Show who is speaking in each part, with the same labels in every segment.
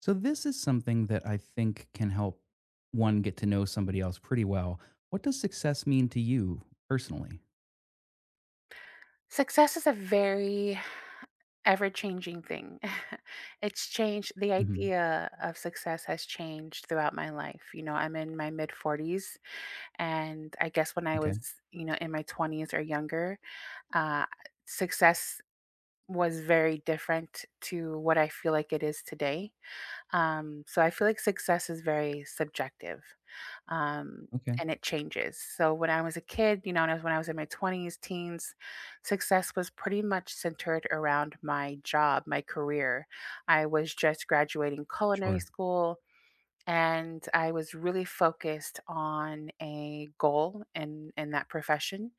Speaker 1: So this is something that I think can help one get to know somebody else pretty well. What does success mean to you personally?
Speaker 2: Success is a very ever changing thing. It's changed. The
Speaker 1: Mhm.
Speaker 2: idea of success has changed throughout my life. You know, I'm in my mid 40s, and I guess when I was,
Speaker 1: Okay.
Speaker 2: you know, in my 20s or younger, uh, success was very different to what I feel like it is today. So I feel like success is very subjective, um,
Speaker 1: Okay.
Speaker 2: and it changes. So when I was a kid, you know, and I was when I was in my 20s, teens, success was pretty much centered around my job, my career. I was just graduating culinary
Speaker 1: Sure.
Speaker 2: school and I was really focused on a goal in that profession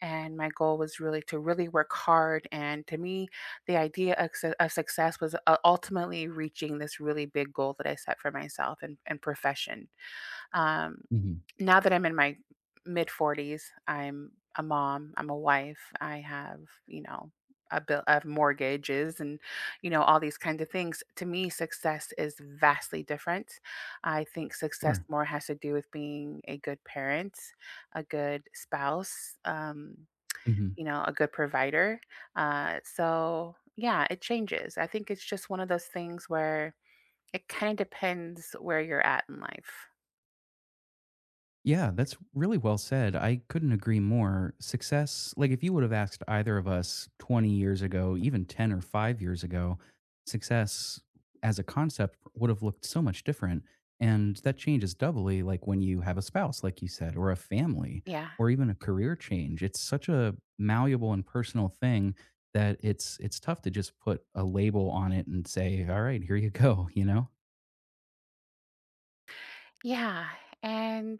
Speaker 2: and my goal was really to really work hard, and to me the idea of, of success was, ultimately reaching this really big goal that I set for myself and profession. Um,
Speaker 1: Mhm.
Speaker 2: Now that I'm in my mid 40s, I'm a mom, I'm a wife, I have, you know, a bill of mortgages and, you know, all these kinds of things. To me, success is vastly different. I think success
Speaker 1: Sure.
Speaker 2: more has to do with being a good parent, a good spouse,
Speaker 1: Mhm.
Speaker 2: you know, a good provider. So, yeah, it changes. I think it's just one of those things where it kind of depends where you're at in life.
Speaker 1: Yeah, that's really well said. I couldn't agree more. Success, like if you would have asked either of us 20 years ago, even 10 or 5 years ago, success as a concept would have looked so much different. And that changes doubly like when you have a spouse like you said or a family
Speaker 2: Yeah.
Speaker 1: or even a career change. It's such a malleable and personal thing that it's tough to just put a label on it and say, "All right, here you go," you know?
Speaker 2: Yeah. And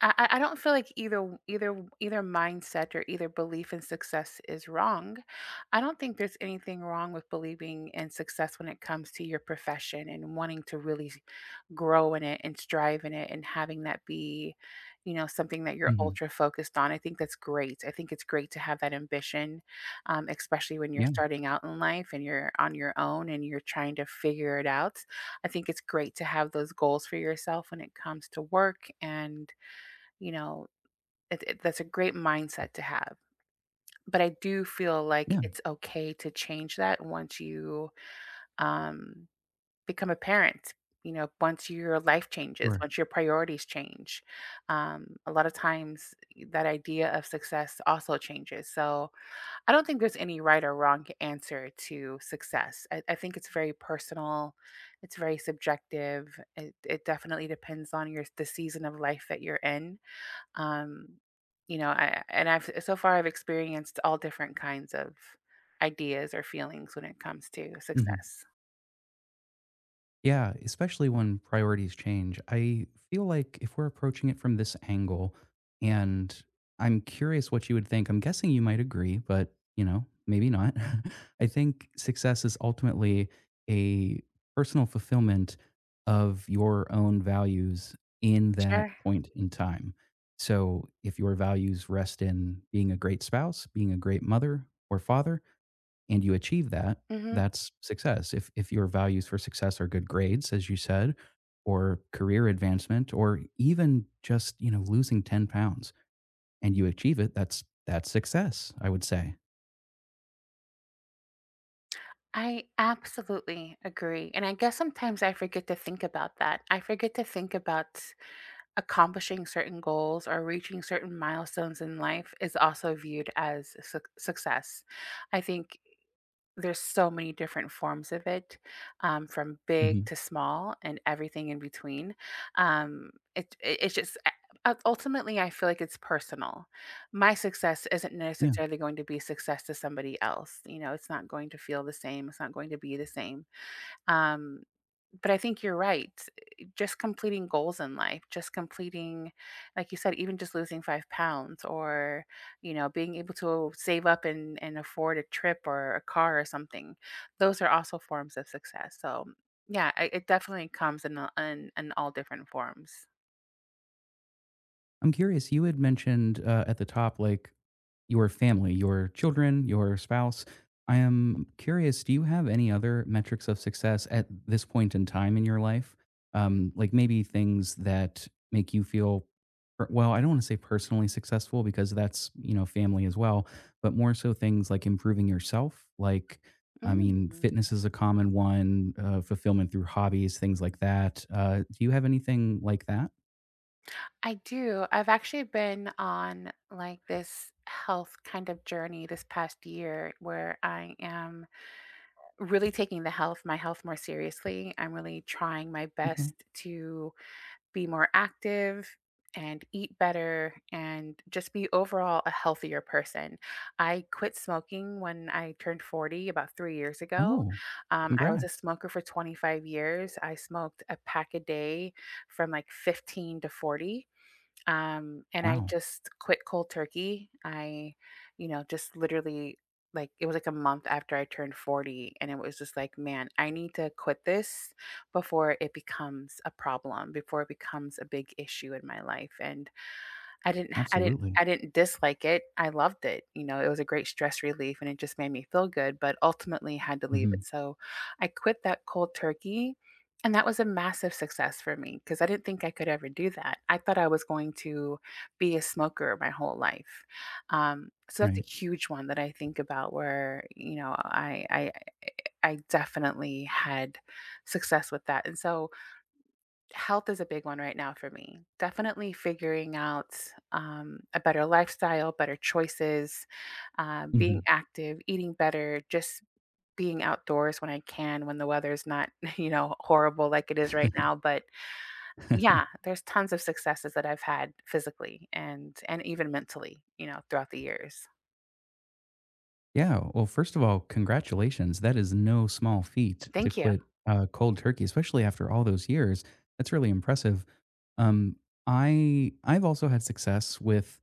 Speaker 2: I don't feel like either mindset or either belief in success is wrong. I don't think there's anything wrong with believing in success when it comes to your profession and wanting to really grow in it and strive in it and having that be, you know, something that you're
Speaker 1: Mhm.
Speaker 2: ultra focused on. I think that's great. I think it's great to have that ambition, especially when you're
Speaker 1: Yeah.
Speaker 2: starting out in life and you're on your own and you're trying to figure it out. I think it's great to have those goals for yourself when it comes to work and you know, that's a great mindset to have. But I do feel like
Speaker 1: Yeah.
Speaker 2: it's okay to change that once you, um, become a parent. You know, once your life changes,
Speaker 1: Sure.
Speaker 2: once your priorities change, a lot of times that idea of success also changes. So I don't think there's any right or wrong answer to success. I think it's very personal, it's very subjective. It definitely depends on your the season of life that you're in, um, you know, I and I've so far I've experienced all different kinds of ideas or feelings when it comes to
Speaker 1: Mhm.
Speaker 2: success.
Speaker 1: Yeah, especially when priorities change. I feel like if we're approaching it from this angle, and I'm curious what you would think. I'm guessing you might agree, but maybe not. I think success is ultimately a personal fulfillment of your own values in that
Speaker 2: Sure.
Speaker 1: point in time. So if your values rest in being a great spouse, being a great mother or father, and you achieve that,
Speaker 2: Hmm.
Speaker 1: that's success. If your values for success are good grades, as you said, or career advancement, or even just losing 10 pounds, and you achieve it, that's success. I would say.
Speaker 2: I absolutely agree. And I guess sometimes I forget to think about that. I forget to think about accomplishing certain goals or reaching certain milestones in life is also viewed as success. I think there's so many different forms of it, from big
Speaker 1: Hmm.
Speaker 2: to small and everything in between. It's just ultimately I feel like it's personal. My success isn't
Speaker 1: Yeah.
Speaker 2: necessarily going to be success to somebody else. You know, it's not going to feel the same. It's not going to be the same. Um, but I think you're right. Just completing goals in life, just completing, like you said, even just losing 5 pounds or, you know, being able to save up and afford a trip or a car or something, those are also forms of success. So, yeah, it definitely comes in, in all different forms.
Speaker 1: I'm curious, you had mentioned at the top, like your family, your children, your spouse. I am curious, do you have any other metrics of success at this point in time in your life? Like maybe things that make you feel, well, I don't want to say personally successful because that's, family as well, but more so things like improving yourself. Like, I mean,
Speaker 2: Mm.
Speaker 1: fitness is a common one, fulfillment through hobbies, things like that. Do you have anything like that?
Speaker 2: I do. I've actually been on like this health kind of journey this past year where I am really taking the health my health more seriously. I'm really trying my
Speaker 1: Okay.
Speaker 2: best to be more active and eat better and just be overall a healthier person. I quit smoking when I turned 40 about 3 years ago.
Speaker 1: Oh,
Speaker 2: I was a
Speaker 1: congrats.
Speaker 2: smoker for 25 years. I smoked a pack a day from like 15 to 40. And I
Speaker 1: Wow.
Speaker 2: just quit cold turkey. I, you know, just literally like it was like a month after I turned 40 and it was just like, man, I need to quit this before it becomes a problem, before it becomes a big issue in my life. And I didn't I didn't
Speaker 1: Absolutely.
Speaker 2: I didn't dislike it, I loved it, you know, it was a great stress relief and it just made me feel good, but ultimately had to leave
Speaker 1: Mhm.
Speaker 2: it, so I quit that cold turkey, and that was a massive success for me because I didn't think I could ever do that. I thought I was going to be a smoker my whole life, so that's a
Speaker 1: Right.
Speaker 2: huge one that I think about where, you know, I definitely had success with that, and so health is a big one right now for me. Definitely figuring out, a better lifestyle, better choices, being
Speaker 1: Mhm.
Speaker 2: active, eating better, just being outdoors when I can, when the weather's not, you know, horrible like it is right now. But yeah, there's tons of successes that I've had physically and even mentally, you know, throughout the years.
Speaker 1: Yeah. Well, first of all, congratulations. That is no small feat to
Speaker 2: Thank you.
Speaker 1: quit, cold turkey, especially after all those years. That's really impressive. Um, I've also had success with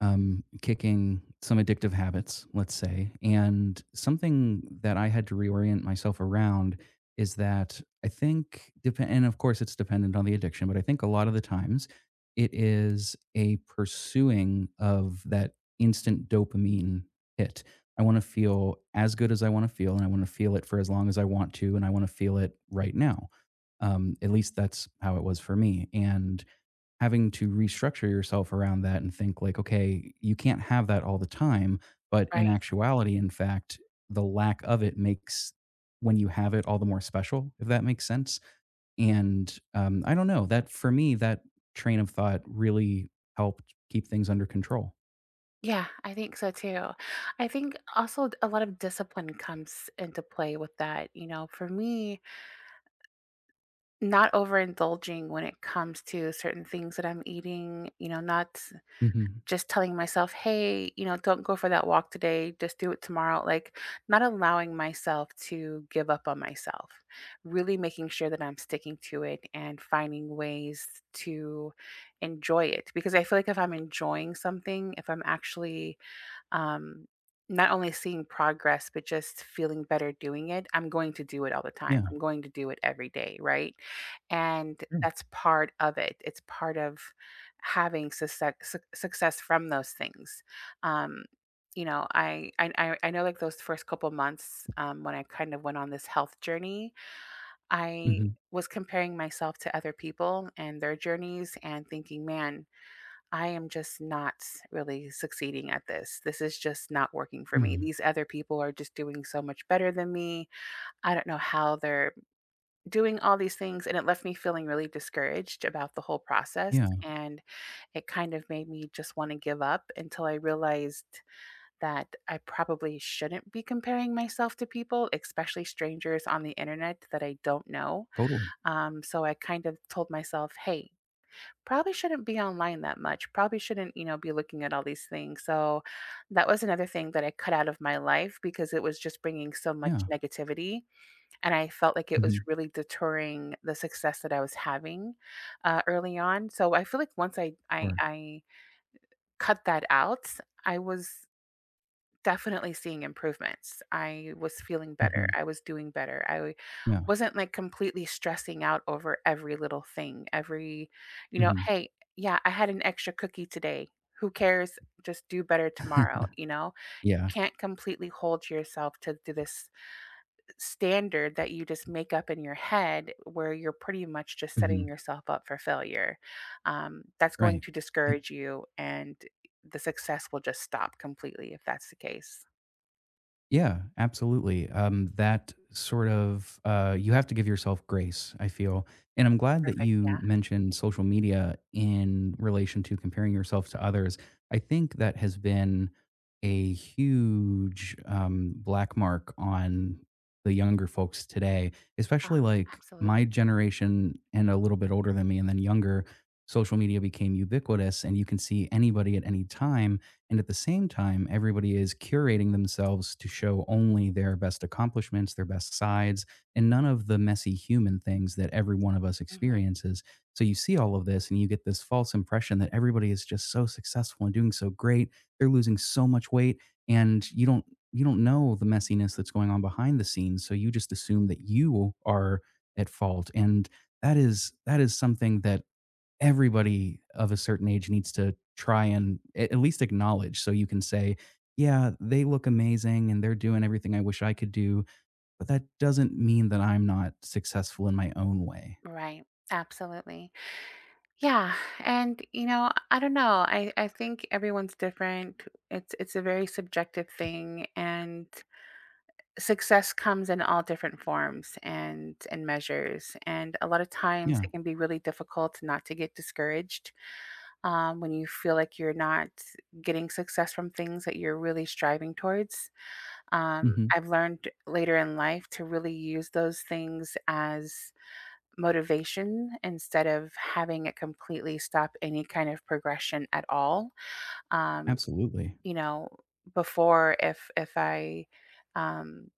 Speaker 1: kicking some addictive habits, let's say. And something that I had to reorient myself around is that I think, and of course, it's dependent on the addiction, but I think a lot of the times it is a pursuing of that instant dopamine hit. I want to feel as good as I want to feel, and I want to feel it for as long as I want to, and I want to feel it right now. At least that's how it was for me. And having to restructure yourself around that and think like, okay, you can't have that all the time. But in
Speaker 2: Right.
Speaker 1: actuality, in fact, the lack of it makes when you have it all the more special, if that makes sense. And I don't know that for me, that train of thought really helped keep things under control.
Speaker 2: Yeah, I think so too. I think also a lot of discipline comes into play with that. You know, for me, not overindulging when it comes to certain things that I'm eating, you know, not
Speaker 1: Hmm.
Speaker 2: just telling myself, "Hey, you know, don't go for that walk today, just do it tomorrow." Like, not allowing myself to give up on myself. Really making sure that I'm sticking to it and finding ways to enjoy it because I feel like if I'm enjoying something, if I'm actually, um, not only seeing progress, but just feeling better doing it. I'm going to do it all the time.
Speaker 1: Yeah.
Speaker 2: I'm going to do it every day, right? And
Speaker 1: Sure.
Speaker 2: that's part of it. It's part of having success success from those things. Um, you know, I know like those first couple months when I kind of went on this health journey, I
Speaker 1: Hmm.
Speaker 2: was comparing myself to other people and their journeys and thinking, man, I am just not really succeeding at this. This is just not working for me.
Speaker 1: Hmm.
Speaker 2: These other people are just doing so much better than me. I don't know how they're doing all these things. And it left me feeling really discouraged about the whole process.
Speaker 1: Yeah.
Speaker 2: And it kind of made me just want to give up until I realized that I probably shouldn't be comparing myself to people, especially strangers on the internet that I don't know.
Speaker 1: Totally.
Speaker 2: So I kind of told myself, hey, probably shouldn't be online that much. Probably shouldn't, you know, be looking at all these things. So that was another thing that I cut out of my life because it was just bringing so much
Speaker 1: Yeah.
Speaker 2: negativity. And I felt like it
Speaker 1: Hmm.
Speaker 2: was really deterring the success that I was having, early on. So I feel like once I, I,
Speaker 1: Or.
Speaker 2: I cut that out, I was definitely seeing improvements. I was feeling better.
Speaker 1: Hmm.
Speaker 2: I was doing better. I
Speaker 1: Yeah.
Speaker 2: wasn't like completely stressing out over every little thing. Every, you know,
Speaker 1: Hmm.
Speaker 2: hey, yeah, I had an extra cookie today. Who cares? Just do better tomorrow. You know,
Speaker 1: Yeah.
Speaker 2: can't completely hold yourself to this standard that you just make up in your head where you're pretty much just setting
Speaker 1: Hmm.
Speaker 2: yourself up for failure. That's going
Speaker 1: Right.
Speaker 2: to discourage you and the success will just stop completely if that's the case.
Speaker 1: Yeah, absolutely. That sort of you have to give yourself grace, I feel. And I'm glad that
Speaker 2: Perfect,
Speaker 1: you
Speaker 2: yeah.
Speaker 1: mentioned social media in relation to comparing yourself to others. I think that has been a huge black mark on the younger folks today,
Speaker 2: Oh,
Speaker 1: especially like my
Speaker 2: absolutely.
Speaker 1: generation and a little bit older than me, and then younger. Social media became ubiquitous, and you can see anybody at any time and at the same time, everybody is curating themselves to show only their best accomplishments, their best sides, and none of the messy human things that every one of us
Speaker 2: Mhm.
Speaker 1: experiences. So you see all of this and you get this false impression that everybody is just so successful and doing so great. They're losing so much weight and you don't know the messiness that's going on behind the scenes. So you just assume that you are at fault and that is something that everybody of a certain age needs to try and at least acknowledge so you can say, yeah, they look amazing and they're doing everything I wish I could do, but that doesn't mean that I'm not successful in my own way.
Speaker 2: Right. Absolutely. Yeah, and, you know, I don't know, I think everyone's different. It's a very subjective thing, and success comes in all different forms and measures, and a lot of times
Speaker 1: Yeah.
Speaker 2: it can be really difficult not to get discouraged, when you feel like you're not getting success from things that you're really striving towards.
Speaker 1: Hmm.
Speaker 2: I've learned later in life to really use those things as motivation instead of having it completely stop any kind of progression at all. Um,
Speaker 1: Absolutely.
Speaker 2: you know, before if I, um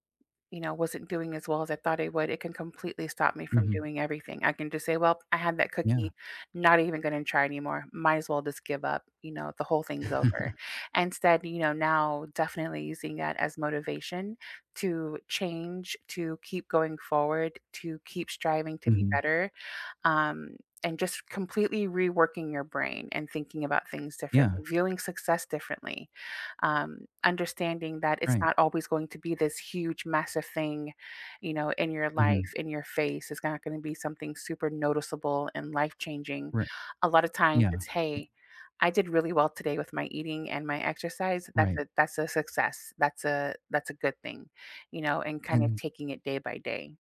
Speaker 2: you know, wasn't doing as well as I thought I would, it can completely stop me from
Speaker 1: Hmm.
Speaker 2: doing everything. I can just say, well, I had that
Speaker 1: Yeah.
Speaker 2: cookie, not even going to try anymore. Might as well just give up. You know, the whole thing's over. Instead, you know, now definitely using that as motivation to change, to keep going forward, to keep striving to be
Speaker 1: Hmm.
Speaker 2: better, um, and just completely reworking your brain and thinking about things differently,
Speaker 1: Yeah.
Speaker 2: viewing success differently, understanding that it's
Speaker 1: Right.
Speaker 2: not always going to be this huge, massive thing, you know, in your
Speaker 1: Hmm.
Speaker 2: life, in your face. It's not going to be something super noticeable and life changing.
Speaker 1: Right.
Speaker 2: A lot of times,
Speaker 1: Yeah.
Speaker 2: it's
Speaker 1: Eh,
Speaker 2: hey. I did really well today with my eating and my exercise.
Speaker 1: Right.
Speaker 2: That's a success. That's a good thing, you know, and kind of
Speaker 1: And
Speaker 2: taking it day by day.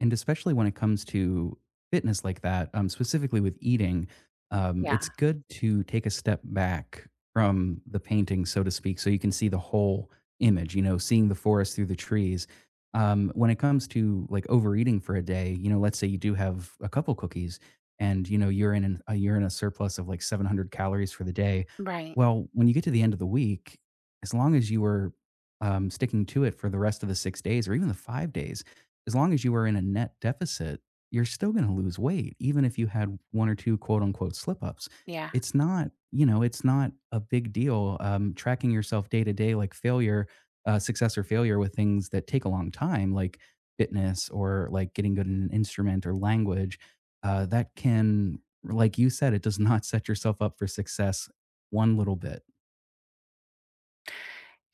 Speaker 1: And especially when it comes to fitness like that, specifically with eating, it's
Speaker 2: Yeah.
Speaker 1: good to take a step back from the painting, so to speak, so you can see the whole image, seeing the forest through the trees. When it comes to like overeating for a day, let's say you do have a couple cookies and you know you're you're in a surplus of like 700 calories for the day.
Speaker 2: Right.
Speaker 1: Well, when you get to the end of the week, as long as you were sticking to it for the rest of the 6 days or even the 5 days, as long as you were in a net deficit, you're still going to lose weight, even if you had one or two quote unquote slip ups.
Speaker 2: Yeah.
Speaker 1: It's not a big deal. Tracking yourself day to day, like success or failure with things that take a long time, like fitness or like getting good in an instrument or language, that can, like you said, it does not set yourself up for success one little bit.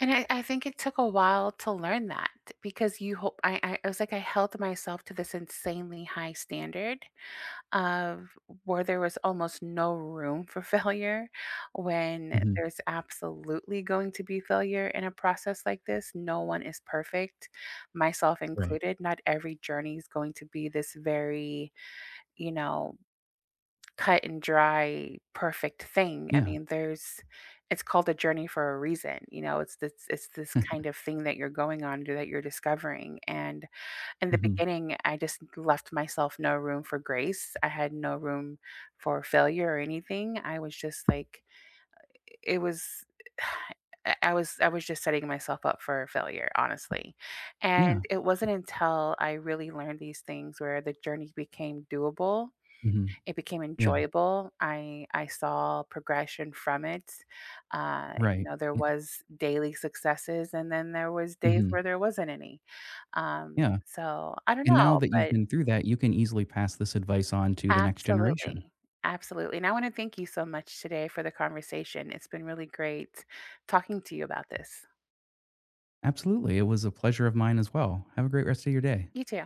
Speaker 2: And I think it took a while to learn that because you hope I was like I held myself to this insanely high standard of where there was almost no room for failure when
Speaker 1: Hmm.
Speaker 2: there's absolutely going to be failure in a process like this. No one is perfect, myself
Speaker 1: Right.
Speaker 2: included. Not every journey is going to be this very, you know, cut and dry, perfect thing. I
Speaker 1: Yeah.
Speaker 2: mean, there's it's called a journey for a reason. You know, it's this kind of thing that you're going on or that you're discovering. And in the
Speaker 1: Hmm.
Speaker 2: beginning, I just left myself no room for grace. I had no room for failure or anything. I was just like it was I was just setting myself up for failure, honestly.
Speaker 1: Yeah.
Speaker 2: And it wasn't until I really learned these things where the journey became doable,
Speaker 1: Hmm.
Speaker 2: it became
Speaker 1: Yeah.
Speaker 2: enjoyable. I saw progression from it. You
Speaker 1: Right.
Speaker 2: know, there
Speaker 1: Yeah.
Speaker 2: was daily successes, and then there was days
Speaker 1: Hmm.
Speaker 2: where there wasn't any.
Speaker 1: Yeah.
Speaker 2: So I don't
Speaker 1: And now
Speaker 2: know,
Speaker 1: that you've
Speaker 2: but
Speaker 1: been through that, you can easily pass this advice on to the next generation.
Speaker 2: absolutely, absolutely. And I want to thank you so much today for the conversation. It's been really great talking to you about this.
Speaker 1: Absolutely. It was a pleasure of mine as well. Have a great rest of your day.
Speaker 2: You too.